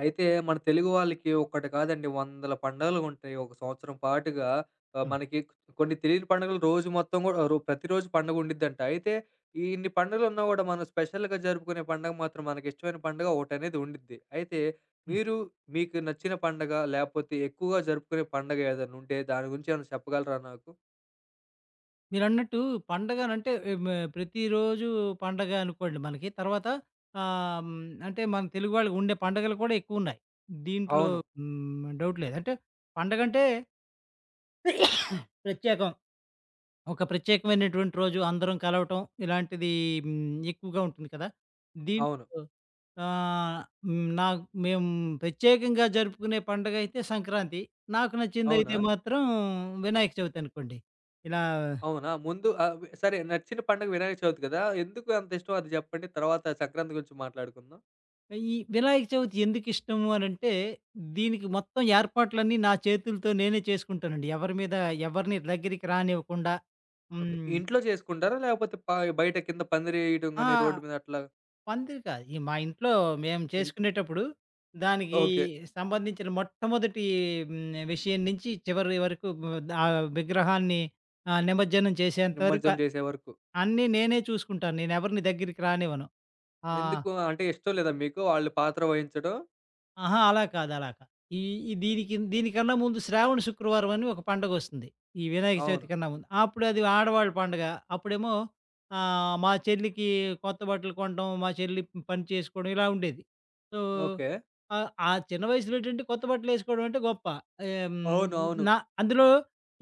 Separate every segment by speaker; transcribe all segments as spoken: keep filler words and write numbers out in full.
Speaker 1: అయితే మన తెలుగు వాళ్ళకి ఒక్కటి కాదండి వందల పండుగలుంటాయి. ఒక సంవత్సరం పాటుగా ఆహ్,
Speaker 2: హ్మ్.
Speaker 1: మనకి కొన్ని తెలియని పండుగలు రోజు మొత్తం గూడా రో ప్రతిరోజు పండుగ ఉండిద్దంట. అయితే ఈ ఇన్ని పండుగలున్నా గూడా మనం స్పెషల్‌గా జరుపుకునే పండుగ మాత్రం మనకిష్టమైన పండుగ ఒకటనేది ఉండిద్ది. అయితే
Speaker 2: హ్మ్.
Speaker 1: మీరు మీకు నచ్చిన పండగ లేపోతే ఎక్కువగా జరుపుకునే పండగ ఏదన్నుంటే దాని గురించి ఏమైనా చెప్పగలరా నాకు?
Speaker 2: మీరన్నట్టు పండగనంటే మ ప్రతిరోజు పండగ అనుకోండి మనకి. తర్వాత ఆహ్, హ్మ్, అంటే మన తెలుగు వాళ్ళకి ఉండే పండగలు కూడా ఎక్కువున్నాయి. దీంట్లో
Speaker 1: అవును.
Speaker 2: హ్మ్, డౌట్ లేదు. అంటే పండగంటే ప్రత్యేకం. ఒక ప్రత్యేకమైనటువంటి రోజు అందరం కలవటం ఇలాంటిది హ్మ్, ఎక్కువగా ఉంటుంది కదా!
Speaker 1: అవును.
Speaker 2: దీంట్లో ఆహ్, హ్మ్, నాకు మేము ప్రత్యేకంగా జరుపుకునే పండగైతే సంక్రాంతి. నాకు
Speaker 1: అవునా?
Speaker 2: నచ్చిందైతే మాత్రం వినాయక చవితి అనుకోండి. ఇలా
Speaker 1: అవునా? ముందు ఆహ్, వి సరే, నచ్చిన పండుగ వినాయక చవితి కదా! ఎందుకు అంత ఇష్టం అది జెప్పండి? తర్వాత సంక్రాంతి గురించి మాట్లాడుకుందాం.
Speaker 2: ఈ వినాయక చవితి ఎందుకిష్టము అనంటే, దీనికి మొత్తం ఏర్పాట్లన్నీ నా చేతులతో నేనే చేసుకుంటానండి. ఎవరి మీద ఎవరిని దగ్గరికి రానివ్వకుండా.
Speaker 1: ఓకే.
Speaker 2: హ్మ్.
Speaker 1: ఇంట్లో చేసుకుంటారా? లేకపోతే ప బయట కింద పందిరేయడం
Speaker 2: ఆ!
Speaker 1: గాని రోడ్డు మీద అట్లా?
Speaker 2: పందిరి కాదు. ఈ మా ఇంట్లో మేము
Speaker 1: ఇన్
Speaker 2: చేసుకునేటప్పుడు, దానికి
Speaker 1: ఓకే.
Speaker 2: సంబంధించిన మొట్టమొదటి హ్మ్, విషయం నుంచి చివరి వరకు ద ఆ విగ్రహాన్ని ఆహ్, నిమజ్జనం చేసేంత వరకు
Speaker 1: నిమజ్జనం చేసే వరకు.
Speaker 2: అన్నీ నేనే చూసుకుంటాను. నేనెవరిని దగ్గరికి రానివ్వను. ఆ!
Speaker 1: ఎందుకు? అంటే ఇష్టం లేదా మీకు వాళ్ళు పాత్ర వహించడం?
Speaker 2: ఆహా! అలా కాదు, అలా కాదు. ఈ ఈ దీనికి దీనికన్నా ముందు శ్రావణ శుక్రవారం అని ఒక పండగొస్తుంది. ఈ వినాయక చవితి
Speaker 1: అవును.
Speaker 2: కన్నా ముందు. అప్పుడది ఆడవాళ్ళ పండగ. అప్పుడేమో ఆహ్, మా చెల్లికి కొత్త బట్టలు కొనడం, మా చెల్లి పని చేసుకోవడం ఇలా ఉండేది. So,
Speaker 1: okay.
Speaker 2: ఆహ్, ఆ చిన్న వయసులో ఏంటంటే కొత్త బట్టలేసుకోవడం అంటే గొప్ప. ఆహ్, హ్మ్,
Speaker 1: అవును. అవును.
Speaker 2: నా అందులో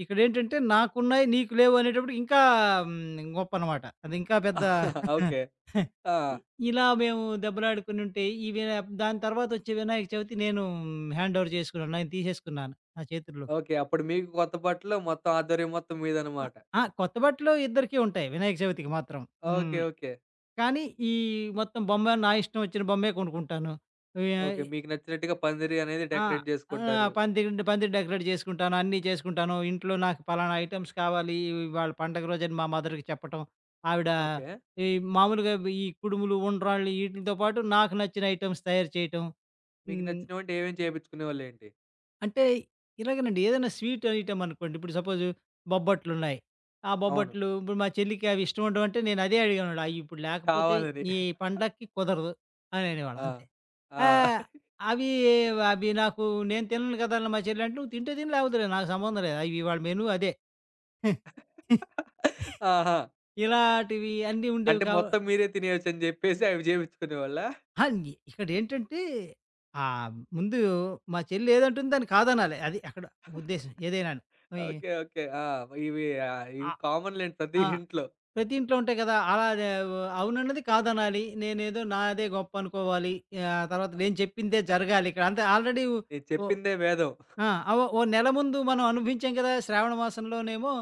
Speaker 2: ఇక్కడేంటంటే నాకున్నాయి, నీకు లేవు అనేటప్పటికి ఇంకా హ్మ్, గొప్పనమాట. అదింకా పెద్ద
Speaker 1: ఓకే. ఆ!
Speaker 2: ఇ ఇలా మేము దెబ్బలాడుకునుంటే, ఈ వినా దాని తర్వాతొచ్చే వినాయక చవితి నేను హ్యాండ్ ఓవర్ చేసుకున్నాను. నేను తీసేసుకున్నాను నా చేతుల్లో.
Speaker 1: ఓకే. అప్పుడు మీకు కొత్త బట్టలు మొత్తం, ఆధ్వర్యం మొత్తం
Speaker 2: అ
Speaker 1: మీదనమాట.
Speaker 2: ఆ! కొత్త బట్టలు ఇద్దరికీ ఉంటాయి వినాయక చవితికి మాత్రం.
Speaker 1: ఓకే.
Speaker 2: హ్మ్.
Speaker 1: ఓకే.
Speaker 2: కానీ, ఈ మొత్తం బొమ్మ నా ఇష్టం వచ్చిన బొమ్మే కొనుక్కుంటాను. య్
Speaker 1: ఓకే. మీకు నచ్చినట్టుగా పందిరి అనేది
Speaker 2: ఆ!
Speaker 1: డెకరేట్
Speaker 2: ఆ!
Speaker 1: చేసుకుంటారు.
Speaker 2: పందిరి పందిరి డెకరేట్ చేసుకుంటాను. అన్నీ చేసుకుంటాను. ఇంట్లో నాకు పలానా ఐటెమ్స్ కావాలి ఇవాళ పండగ రోజని మా మదర్‌కి చెప్పటం. ఆవిడ
Speaker 1: ఓకే.
Speaker 2: ఈ మామూలుగా ఈ కుడుములు, ఉండ్రాళ్ళు ఈటిలతో పాటు నాకు నచ్చిన ఐటెమ్స్ తయారు చేయటం.
Speaker 1: మీకు
Speaker 2: హ్మ్.
Speaker 1: నచ్చినవంటే ఏమేమి చేపించుకునేవాళ్ళేంటి?
Speaker 2: అంటే ఇలాగేనండి. ఏదైనా స్వీట్ ఐటెమ్ అనుకోండి. ఇప్పుడు సపోజ్ బొబ్బట్లున్నాయి. ఆ
Speaker 1: అవును.
Speaker 2: బొబ్బట్లు ఇప్పుడు మా చెల్లికి అవి ఇష్టం ఉండవంటే నేను అదే అడిగానమాట. "అయి ఇప్పుడు లేకపోతే
Speaker 1: కావాలని.
Speaker 2: ఈ పండక్కి కుదరదు" అని అనేవాళ్ళం అంతే.
Speaker 1: ఆ! ఆ!
Speaker 2: ఆహ్, అవి అవి నాకు నేను తినను కదా! అని మా చెల్లి అంటే, "నువ్వు తింటే తిను లేకపోతే లేదు. నాకు సంబంధం లేదు. అవి ఇవాళ మెనూ అదే."
Speaker 1: ఆహా!
Speaker 2: ఇలాంటివి అన్నీ ఉండేవి
Speaker 1: అంటే
Speaker 2: కావ
Speaker 1: మొత్తం మీరే తినేయొచ్చని జెప్పేసి అవి జేపించుకునేవాళ్ళా?
Speaker 2: ఆ! ఇక్కడేంటంటే ఆహ్, ముందు మా చెల్లి ఏదంటుందో దాన్ని కాదనాలి. అది అక్కడ ఉద్దేశ్యం ఏదైనాను. అయి
Speaker 1: ఓకే. ఓకే. ఆ! ఇవి ఆహ్, ఇవి
Speaker 2: ఆ!
Speaker 1: కామన్‌లెండి ప్రతి
Speaker 2: ఆ!
Speaker 1: ఇంట్లో.
Speaker 2: ప్రతి ఇంట్లో ఉంటాయి కదా! అలా దే అవునన్నది కాదనాలి. నేనేదో నాదే గొప్ప అనుకోవాలి. ఆహ్, తర్వాత
Speaker 1: ఆ!
Speaker 2: నేను చెప్పిందే జరగాలి ఇక్కడ. అంతే ఆల్రెడీ
Speaker 1: నేను
Speaker 2: ఓ
Speaker 1: చెప్పిందే వేదం.
Speaker 2: ఆ! అవ ఓ నెల ముందు మనం అనుభవించాం కదా! శ్రావణ మాసంలోనేమో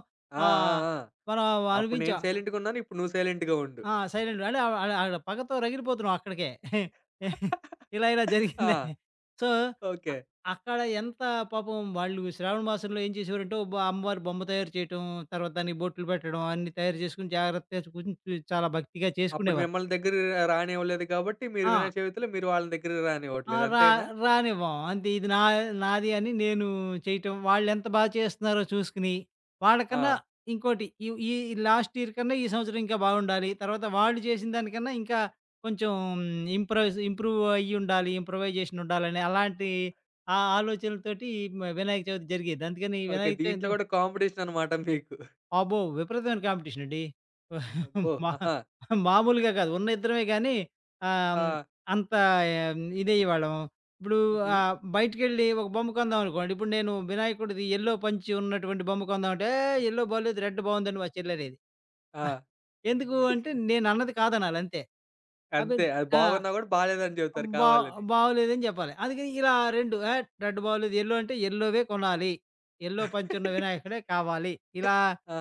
Speaker 1: ఆ! ఆ!
Speaker 2: ఆహ్,
Speaker 1: ఆ!
Speaker 2: మనం
Speaker 1: అప్పుడు నేను
Speaker 2: అనుభవించాం.
Speaker 1: సైలెంట్‌గున్నాను. ఇప్పుడు నువ్వు సైలెంట్‌గా ఉండు.
Speaker 2: ఆ! సైలెంట్ అంటే ఆహ్, ఆహ్, ఆడ పగతో రగిలిపోతున్నాం అక్కడికే. ఇలా ఇలా
Speaker 1: ఆ!
Speaker 2: జరిగిందని. సో, అ
Speaker 1: ఓకే.
Speaker 2: అక్కడ ఎంత పాపం వాళ్ళు శ్రావణ మాసంలో ఏం చేసేవారంటే బ అమ్మవారి బొమ్మ తయారు చేయటం, తర్వాత దానికి బొట్లు పెట్టడం అన్నీ తయారు చేసుకొని జాగ్రత్తగా చు కొంచెం చాలా భక్తిగా
Speaker 1: అప్పుడు
Speaker 2: చేసుకునేవారు.
Speaker 1: మిమ్మల్ని దగ్గరికి రానివ్వలేదు కాబట్టి మీరు
Speaker 2: ఆ!
Speaker 1: వినాయక చవితిలో మీరు వాళ్ళని దగ్గరికి
Speaker 2: ఆ!
Speaker 1: రానివ్వట్లేదు.
Speaker 2: రా
Speaker 1: అంతేనా?
Speaker 2: రానివ్వం. అంతే ఇది నా నాది అని నేను చేయటం, వాళ్ళెంత బా చేస్తున్నారో చూసుకొని, వాళ్ళకన్నా
Speaker 1: ఆ!
Speaker 2: ఇంకోటి ఈ ఈ లాస్ట్ ఇయర్ కన్నా ఈ సంవత్సరం ఇంకా బాగుండాలి. తర్వాత వాళ్ళు చేసిన దానికన్నా ఇంకా కొంచెం ఇంప్రూవైజ్ ఇంప్రూవ్ అయ్యుండాలి. ఇంప్రూవైజేషన్ ఉండాలని అలాంటి ఆ ఆలోచనలతోటి మ వినాయక చవితి జరిగేది. అందుకని
Speaker 1: ఓకే.
Speaker 2: వినాయక చవితి
Speaker 1: దీంట్లో గూడా కాంపిటీషన్ అనమాట మీకు.
Speaker 2: అబ్బో! విపరీతమైన కాంపిటీషన్ అండి.
Speaker 1: అబ్బో!
Speaker 2: మా
Speaker 1: ఆహా!
Speaker 2: మామూలుగా కాదు. ఉన్న ఇద్దరమే గానీ ఆహ్,
Speaker 1: ఆ!
Speaker 2: హ్మ్, అంత ఇదయ్యేవాళ్ళం. ఇప్పుడు
Speaker 1: హుహు.
Speaker 2: ఆహ్, బయటికెళ్ళి ఒక బొమ్మ కొందాం అనుకోండి. ఇప్పుడు నేను వినాయకుడిది యెల్లో పంచి ఉన్నటువంటి బొమ్మ కొందామంటే, "ఏయ్! యెల్లో బాలేదు, రెడ్ బావుందని" మా చెల్లనేది.
Speaker 1: ఆ!
Speaker 2: ఎందుకు అంటే నేనన్నది కాదనాలి అంతే. అబ్
Speaker 1: అంతే. అది
Speaker 2: ఆ!
Speaker 1: బాగున్నా గూడా బాలేదని జెప్తారు
Speaker 2: బా
Speaker 1: కావాలని.
Speaker 2: బాగోలేదని చెప్పాలి. అందుకని ఇలా రెండు "ఏహ్! రెడ్ బాగోలేదు, యెల్లో అంటే యెల్లోవే కొనాలి. యెల్లో పంచున్న వినాయకుడే కావాలి." ఇలా
Speaker 1: ఆ!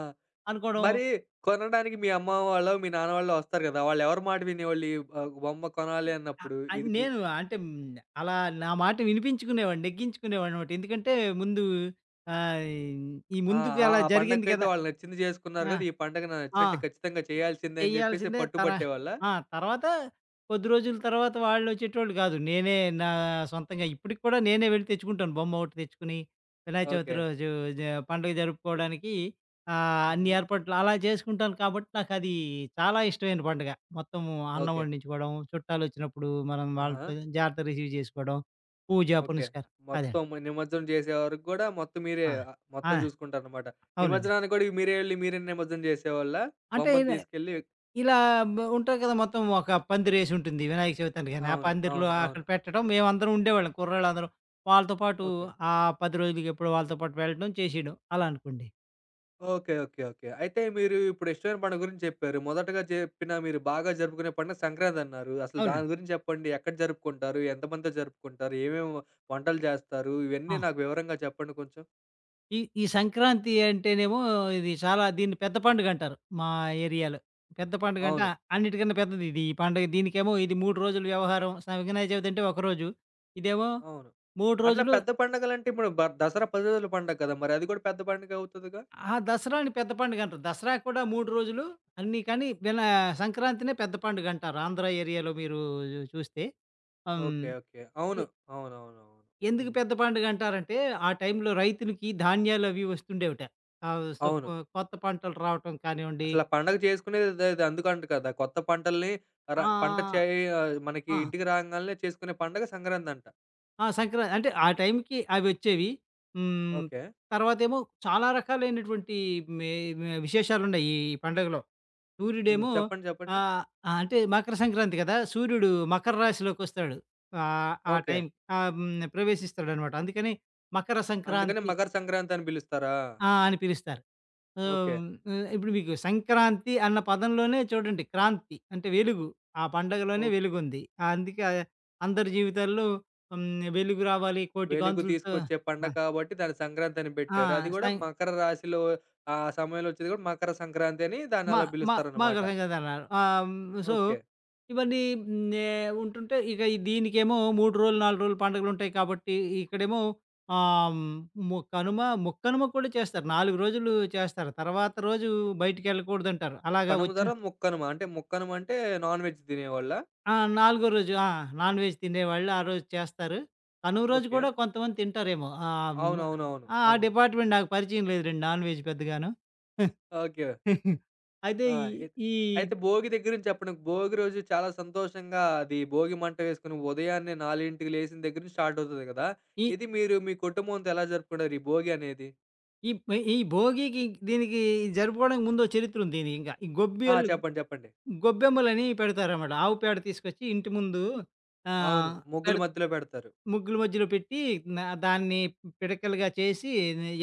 Speaker 2: అనుకోవడం
Speaker 1: మరి కొనడానికి మీ అమ్మ వాళ్ళు, మీ నాన్న వాళ్ళు వస్తారు గదా! వాళ్ళెవరి మాట వినేవాళ్ళు ఈ ఆహ్, బొమ్మ కొనాలి
Speaker 2: అ
Speaker 1: అన్నప్పుడు?
Speaker 2: అన్
Speaker 1: ఇది మీ
Speaker 2: నేను అంటే హ్మ్. అలా నా మాట వినిపించుకునేవాడిని, నెగ్గించుకునేవాడినమాట. ఎందుకంటే ముందు ఆహ్, ఈ
Speaker 1: ఆ!
Speaker 2: ముందుకి
Speaker 1: ఆ
Speaker 2: అలా
Speaker 1: ఆ
Speaker 2: జరిగింది
Speaker 1: పండగకైతే
Speaker 2: కదా!
Speaker 1: వాళ్ళు నచ్చింది చేసుకున్నారు
Speaker 2: ఆ!
Speaker 1: గదా! ఈ పండగ నాకు
Speaker 2: ఆ!
Speaker 1: నచ్చినట్టు ఖచ్చితంగా
Speaker 2: చె
Speaker 1: చేయాల్సిందే అని జెప్పేసి
Speaker 2: చెయ్యాల్సిందే తర
Speaker 1: పట్టుబట్టేవాళ్ళా?
Speaker 2: ఆ! తర్వాత కొద్ది రోజుల తర్వాత వాళ్ళొచ్చేటోళ్ళు కాదు. నేనే నా సొంతంగా ఇప్పటికి కూడా నేనే వెళ్ళి తెచ్చుకుంటాను. బొమ్మ ఒకటి తెచ్చుకుని, వినాయక చవితి
Speaker 1: ఓకే.
Speaker 2: రోజు జ పండుగ జరుపుకోవడానికి ఆహ్,
Speaker 1: హుహు.
Speaker 2: అన్ని ఏర్పాట్లు అలా చేసుకుంటాను కాబట్టి నాకది చాలా ఇష్టమైన పండుగ. మొత్తం అన్నం
Speaker 1: ఓకే.
Speaker 2: వండించుకోవడం, చుట్టాలొచ్చినప్పుడు మనం
Speaker 1: ఆహా!
Speaker 2: వాళ్ళతో జాగ్రత్తగా రిసీవ్ చేసుకోవడం, పూజ
Speaker 1: ఓకే.
Speaker 2: పునస్కారం అదే.
Speaker 1: మొత్తం మ నిమజ్జనం చేసే వరకు గూడా మొత్తం మీరే
Speaker 2: ఆ!
Speaker 1: ఆహ్, మొత్తం
Speaker 2: ఆ!
Speaker 1: చూసుకుంటారనమాట.
Speaker 2: అవునండి.
Speaker 1: నిమజ్జనానికి గూడా మీరే ఎళ్లి మీరే నిమజ్జనం చేసేవాళ్ళా?
Speaker 2: అంటే
Speaker 1: బొమ్మను తీసుకెళ్ళి
Speaker 2: ఇలా బ ఉంటారు కదా! మొత్తం ఒక పందిరేసి ఉంటుంది వినాయక చవితి అనగానే. ఆ
Speaker 1: అవును.
Speaker 2: పందిరిలో
Speaker 1: అవును.
Speaker 2: అక్కడ
Speaker 1: అవును.
Speaker 2: పెట్టడం మేమందరం ఉండేవాళ్ళం కుర్రాళ్ళందరం. వాళ్ళతో పాటు
Speaker 1: ఓకే.
Speaker 2: ఆ పది రోజులకి ఎప్పుడో వాళ్ళతో పాటు వెళ్ళడం, చేసేయడం అలా అనుకోండి.
Speaker 1: ఓకే. ఓకే. ఓకే. అయితే మీరు ఇప్పుడు ఇష్టమైన పండుగ గురించి చెప్పారు. మొదటగా చెప్పిన మీరు బాగా జరుపుకునే పండుగ సంక్రాంతన్నారు. అసలు దాని
Speaker 2: అవునండి.
Speaker 1: గురించి చెప్పండి. ఎక్కడ జరుపుకుంటారు? ఎంతమందితో జరుపుకుంటారు? ఏమేమి వంటలు చేస్తారు? ఇవన్నీ
Speaker 2: ఆ!
Speaker 1: నాకు వివరంగా చెప్పండి కొంచెం.
Speaker 2: ఈ ఈ సంక్రాంతి అంటేనేమో ఇది చాలా దీన్ని పెద్ద పండుగంటారు మా ఏరియాలో. పెద్ద పండుగంటే
Speaker 1: అవును.
Speaker 2: అన్నిటికన్నా పెద్దది ఇది. ఈ పండుగ దీనికేమో ఇది మూడు రోజుల వ్యవహారం. స వినాయక చవితి అంటే ఒకరోజు. ఇదేమో
Speaker 1: అవును.
Speaker 2: మూడు
Speaker 1: అట్లా
Speaker 2: రోజులు
Speaker 1: పెద్ద పండగలంటే ఇప్పుడు బ దసరా పది రోజుల పండగ కదా! మరి అది కూడా పెద్ద పండగే అవుతదిగా?
Speaker 2: ఆ! దసరాని పెద్ద పండుగంటారు. దసరా కూడా మూడు రోజులు అన్నీ కానీ వినా సంక్రాంతినే పెద్ద పండుగంటారు. ఆంధ్ర ఏరియాలో మీరు చూస్తే. ఆహ్, హ్మ్.
Speaker 1: ఓకే. ఓకే. అవును.
Speaker 2: ఎ
Speaker 1: అవునవునవును.
Speaker 2: ఎందుకు
Speaker 1: హ్మ్.
Speaker 2: పెద్ద పండుగంటారంటే, ఆ టైంలో రైతులకి ధాన్యాలవి వస్తుండేవిట. ఆహ్, సో,
Speaker 1: అవును.
Speaker 2: కొ కొత్త పంటలు రావటం కానివ్వండి.
Speaker 1: అసల పండగ చేసుకునేది అదే, అది అందుకంట కదా! కొత్త పంటల్ని ర పంట
Speaker 2: ఆహ్,
Speaker 1: చేయ మనకి
Speaker 2: ఆ!
Speaker 1: ఇంటికి రాంగాల్నే చేసుకునే పండగ సంక్రాంతంట.
Speaker 2: ఆ! సంక్రా అంటే ఆ టైంకి అవొచ్చేవి. హ్మ్.
Speaker 1: ఓకే.
Speaker 2: తర్వాతేమో చాలా రకాలైనటువంటి మే మే విశేషాలున్నాయి ఈ పండుగలో.
Speaker 1: హ్మ్.
Speaker 2: సూర్యుడేమో
Speaker 1: చెప్పండి. చెప్పండి.
Speaker 2: ఆహ్, ఆహ్, అంటే మకర సంక్రాంతి కదా! సూర్యుడు మకర రాశిలోకొస్తాడు. ఆహ్, ఆ
Speaker 1: ఓకే.
Speaker 2: టైం ఆహ్, హ్మ్. ప్రవేశిస్తాడనమాట. అందుకని మకర
Speaker 1: అందుకని
Speaker 2: సంక్రాంతి
Speaker 1: మకర సంక్రాంతని పిలుస్తారా?
Speaker 2: ఆ! అని పిలుస్తారు. So,
Speaker 1: okay.
Speaker 2: హ్మ్, ఇప్పుడు మీకు సంక్రాంతి అన్న పదంలోనే చూడండి క్రాంతి అంటే వెలుగు. ఆ పండగలోనే
Speaker 1: ఓక్
Speaker 2: వెలుగుంది. అందుకే ఆ అందరి జీవితాల్లో హ్మ్, వెలుగు రావాలి కోటి
Speaker 1: వెలుగు
Speaker 2: కాంతులతో
Speaker 1: తీసుకొచ్చే
Speaker 2: ఆ!
Speaker 1: పండగ కాబట్టి దాన్ని సంక్రాంతని
Speaker 2: ఆ!
Speaker 1: పెట్టారు. అది గూడా
Speaker 2: సై
Speaker 1: మకర రాశిలో ఆ సమయంలో వచ్చేది గూడా మకర సంక్రాంతి అని దాన్ని
Speaker 2: మ
Speaker 1: అలా
Speaker 2: మ
Speaker 1: పిలుస్తారనమాట.
Speaker 2: మకర సంక్రాంతి అన్నారు. ఆహ్, హ్మ్, సో,
Speaker 1: ఓకే.
Speaker 2: ఇవన్నీ హ్మ్, ఏ ఉంటుంటే ఇక ఈ దీనికేమో మూడు రోజులు, నాలుగు రోజులు పండుగలుంటాయి కాబట్టి ఇక్కడేమో ఆహ్, హ్మ్, ము కనుమ ముక్కనుమ కూడా చేస్తారు. నాలుగు రోజులు చేస్తారు. తర్వాత రోజు బయటికెళ్ళకూడదంటారు. అలాగా వచ్చిన
Speaker 1: కనుమదరా? ముక్కనుమ అంటే, ముక్కనుమ అంటే నాన్ వెజ్ తినేవాళ్ళా?
Speaker 2: ఆ! నాలుగో రోజు. ఆ! నాన్‌వెజ్ తినేవాళ్ళు ఆ రోజు చేస్తారు. కనుమ రోజు
Speaker 1: ఓకే.
Speaker 2: కూడా కొంతమంది తింటారేమో. ఆహ్, హ్మ్. ఆ!
Speaker 1: అవునవునవును.
Speaker 2: మ్,
Speaker 1: అవును.
Speaker 2: ఆ
Speaker 1: అవును అవును.
Speaker 2: డిపార్ట్‌మెంట్ నాకు పరిచయం లేదు లెండి నాన్‌వెజ్ పెద్దగాను.
Speaker 1: ఓకే.
Speaker 2: అయితే
Speaker 1: ఆ!
Speaker 2: ఈ
Speaker 1: ఎత్
Speaker 2: ఈ
Speaker 1: అయితే భోగి దగ్గర నుంచి చెప్పండి. భోగి రోజు చాలా సంతోషంగా, అది భోగి మంట వేసుకొని ఉదయాన్నే నాలుగుకి లేసిన దగ్గర నుంచి స్టార్ట్ అవుతది కదా!
Speaker 2: ఈ
Speaker 1: ఇది మీరు మీ కుటుంబంతో ఎలా జరుపుకున్నారు ఈ భోగి అనేది?
Speaker 2: ఈ పై ఈ భోగికి దీనికి జరుపుకోవడానికి ముందో చరిత్ర ఉంది దీనికింక. ఈ
Speaker 1: ఆ!
Speaker 2: గొబ్బెలు
Speaker 1: చెప్పండి. చెప్పండి.
Speaker 2: గొబ్బెమ్మలని పెడతారనమాట. ఆవు పేడ తీసుకొచ్చి ఇంటి ముందు
Speaker 1: అవును.
Speaker 2: ఆహ్,
Speaker 1: ముగ్గుల
Speaker 2: పెడ
Speaker 1: మధ్యలో పెడతారు.
Speaker 2: ముగ్గుల మధ్యలో పెట్టి నా దాన్ని పిడకలుగా చేసి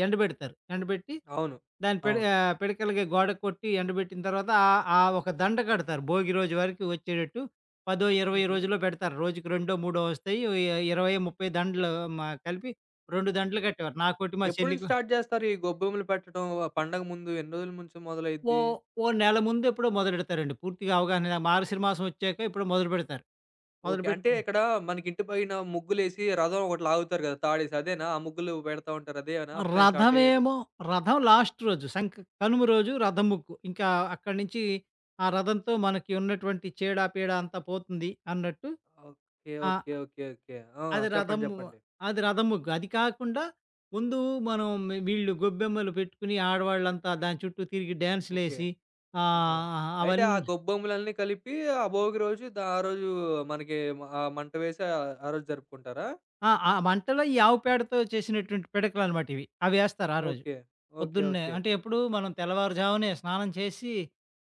Speaker 2: ఎండబెడతారు. ఎండబెట్టి
Speaker 1: అవును.
Speaker 2: దాన్ని పిడ
Speaker 1: అవును.
Speaker 2: ఆహ్, పిడకలుగా గోడకు కొట్టి ఎండబెట్టిన తర్వాత ఆహ్, ఆ ఒక దండ కడతారు. భోగి రోజు వరకు వచ్చేటట్టు పది, ఇరవై
Speaker 1: హుహు.
Speaker 2: రోజుల్లో పెడతారు. రోజుకి రెండో, మూడో వస్తాయి. ఓ ఇ ఇరవై, ముప్పై దండలు మ కలిపి రెండు దండలు కట్టేవారు. నాకోటి మా
Speaker 1: ఎప్పటి నుంచి
Speaker 2: చెల్లికి
Speaker 1: స్టార్ట్ చేస్తారు ఈ గొబ్బెమ్మలు పెట్టడం? ఆ పండగ ముందు ఎన్ని రోజుల నుంచి
Speaker 2: ఓ
Speaker 1: మొదలైద్ది?
Speaker 2: ఓ నెల ముందు ఎప్పుడో మొదలెడతారండి. పూర్తిగా అవగాహన నాకు మార్గశిర మాసం వచ్చాక ఎప్పుడో మొదలుపెడతారు.
Speaker 1: ఓకే. అంటే
Speaker 2: మొదలుపెట్టి
Speaker 1: ఇక్కడ మనకి ఇంటి పైన ముగ్గులేసి రథం ఒకటి లాగుతారు కదా! తాడేసి అదేనా? ఆ ముగ్గులు పెడతా ఉంటారు అదేనా? అప్పుడేనా స్టార్ట్ అయ్యేది?
Speaker 2: రథమేమో రథం లాస్ట్ రోజు సంక కనుమ రోజు రథం ముక్కు. ఇంకా అక్కడి నుంచి ఆ రథంతో మనకి ఉన్నటువంటి చీడా పీడా అంతా పోతుంది అన్నట్టు.
Speaker 1: ఓకే.
Speaker 2: ఆ!
Speaker 1: ఓకే. ఓకే. ఓకే. ఆ!
Speaker 2: అది రథం
Speaker 1: చెప్పండి.
Speaker 2: ము-
Speaker 1: చెప్పండి.
Speaker 2: అది రథం ముగ్గు. అది కాకుండా ముందు మనం వీళ్ళు గొబ్బెమ్మలు పెట్టుకొని ఆడవాళ్ళంతా దాని చుట్టూ తిరిగి
Speaker 1: ఓకే.
Speaker 2: డాన్సులేసి
Speaker 1: ఆహా!
Speaker 2: ఆహ్,
Speaker 1: అయితే ఆ
Speaker 2: అవన్నీ
Speaker 1: గొబ్బొమ్మలన్నీ కలిపి ఆ భోగి రోజు దా ఆ రోజు మనకి మ ఆహ్, మంట వేసి ఆహ్, ఆ రోజు జరుపుకుంటారా?
Speaker 2: ఆ! ఆ మంటలో ఈ ఆవు పేడతో చేసినటువంటి పిడకలనమాట ఇవి. అవేస్తారు ఆ రోజు.
Speaker 1: ఓకే. ఓకే.
Speaker 2: పొద్దున్నే.
Speaker 1: ఓకే.
Speaker 2: అంటే ఎప్పుడు మనం తెల్లవారుజామునే స్నానం చేసి,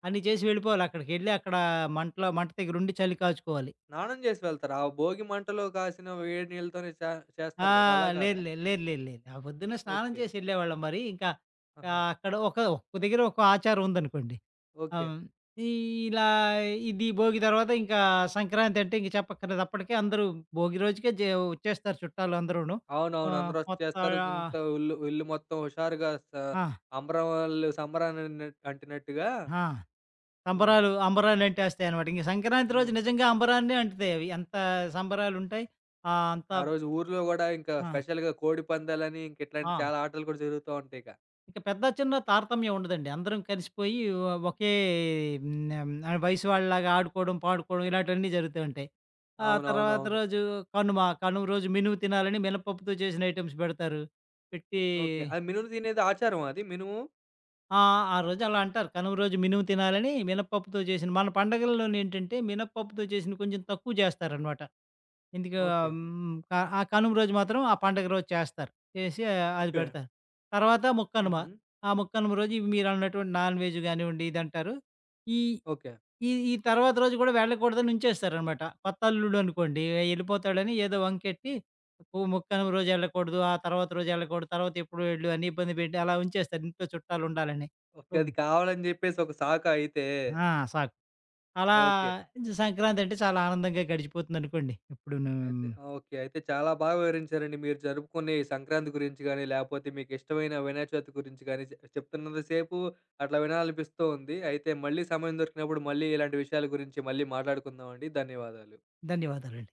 Speaker 2: అన్నీ చేసి వెళ్ళిపోవాలి. అక్కడికెళ్ళి అక్కడ మంటలో మంట దగ్గరుండి చలి కాచుకోవాలి.
Speaker 1: స్నానం చేసి వెళ్తారా? ఆ భోగి మంటలో కాసిన వేడి నీళ్ళతోనే చే
Speaker 2: ఆ!
Speaker 1: చేస్తారు కదా! అలా
Speaker 2: లేదు,
Speaker 1: కాదా?
Speaker 2: లేదు, లేదు, లేదు, లేదు. ఆ పొద్దున్నే స్నానం
Speaker 1: ఓకే.
Speaker 2: చేసి ఎళ్ళేవాళ్ళం మరి. ఇంకా
Speaker 1: ఆహా!
Speaker 2: ఆహ్, అక్కడ ఒక ఒక్క దగ్గర ఒక ఆచారం ఉందనుకోండి.
Speaker 1: ఓకే.
Speaker 2: ఆహ్, ఈ ఇలా ఇది భోగి తర్వాత ఇంకా సంక్రాంతి అంటే ఇంక చెప్పక్కర్లేదు. అప్పటికే అందరూ భోగి రోజుకే జే వచ్చేస్తారు చుట్టాలు అందరూను.
Speaker 1: అవునవును.
Speaker 2: ఆహ్,
Speaker 1: అందరూ వచ్చి
Speaker 2: కొత్త
Speaker 1: చేస్తారు. ఇంత ఇల్లు ఇల్లు మొత్తం హుషారుగా స
Speaker 2: ఆ!
Speaker 1: అంబరం వాళ్ళు సంబరాన్ని అంటినట్టుగా.
Speaker 2: ఆ!
Speaker 1: హ్మ్.
Speaker 2: సంబరాలు, అంబరాన్ని అంటేస్తాయనమాట. ఇంక సంక్రాంతి రోజు
Speaker 1: హ్మ్.
Speaker 2: నిజంగా అంబరాన్నే అంటుతాయి అవి. ఎంత సంబరాలుంటాయి. ఆహ్, అంత
Speaker 1: ఆ రోజు ఊర్లో గూడా ఇంకా
Speaker 2: ఆ!
Speaker 1: స్పెషల్‌గా కోడి పందాలని, ఇంక ఇట్లాంటి
Speaker 2: ఆ!
Speaker 1: చాలా ఆటలు కూడా జరుగుతా ఉంటాయిక.
Speaker 2: ఇంక పెద్ద, చిన్న తారతమ్యం ఉండదండి. అందరం కలిసిపోయి ఒ ఒకే హ్మ్, ఆహ్, వయసు వాళ్ళలాగా ఆడుకోవడం, పాడుకోవడం ఇలాంటివన్నీ జరుగుతూ ఉంటాయి. ఆ తర్వాత
Speaker 1: అవునవునవును.
Speaker 2: రోజు కనుమ. కనుమ రోజు మినుము తినాలని మినపప్పుతో చేసిన ఐటెమ్స్ పెడతారు. పెట్టి
Speaker 1: ఓకే. అది మినుము తినేది ఆచారమా అది మినుము?
Speaker 2: ఆ! ఆ రోజు అలా అంటారు. కనుమ రోజు మినుము తినాలని మినపప్పుతో చేసిన మన పండగల్లోనేంటంటే మినపప్పుతో చేసినవి కొంచెం తక్కువ చేస్తారనమాట. ఎందుకు ఆహ్,
Speaker 1: ఓకే.
Speaker 2: హ్మ్. క ఆ కనుమ రోజు మాత్రం ఆ పండగ రోజు చేస్తారు. చేసి ఆ, అది
Speaker 1: ఓకే.
Speaker 2: పెడతారు. తర్వాత ముక్కనుమ.
Speaker 1: హుహు.
Speaker 2: ఆ ముక్కనుమ రోజు మీరన్నటువంటి నాన్ వెజ్ గానివ్వండి ఇదంటారు. ఈ
Speaker 1: ఓకే.
Speaker 2: ఈ ఈ తర్వాత రోజు కూడా వెళ్ళకూడదని ఉంచేస్తారనమాట. కొత్త అల్లుడు అనుకోండి ఎళ్ళిపోతాడని ఏదో వంకెట్టి ము ముక్కనుమ రోజు ఎళ్ళకూడదు. ఆ తర్వాత రోజు ఎళ్ళకూడదు. తర్వాత ఎప్పుడు వెళ్ళు అని ఇబ్బంది పెట్టి అలా ఉంచేస్తారు. ఇంట్లో చుట్టాలుండాలని.
Speaker 1: ఓకే.
Speaker 2: హ్మ్.
Speaker 1: అది కావాలని జెప్పేసి ఒక సాక అయితే.
Speaker 2: ఆ! సాకు. అలా
Speaker 1: ఓకే.
Speaker 2: సంక్రాంతంటే చాలా ఆనందంగా గడిచిపోతుందనుకోండి. ఇప్పుడు ను
Speaker 1: అయితే ఓకే. అయితే చాలా బాగా వివరించారండి మీరు జరుపుకునే ఈ సంక్రాంతి గురించి గానీ, లేపోతే మీకిష్టమైన వినాయక చవితి గురించి గానీ, చె చెప్తున్నంత సేపు అట్లా వినాలనిపిస్తూ ఉంది. అయితే మళ్ళీ సమయం దొరికినప్పుడు మళ్ళీ ఇలాంటి విషయాల గురించి మళ్ళీ మాట్లాడుకుందామండి. ధన్యవాదాలు.
Speaker 2: ధన్యవాదాలండి.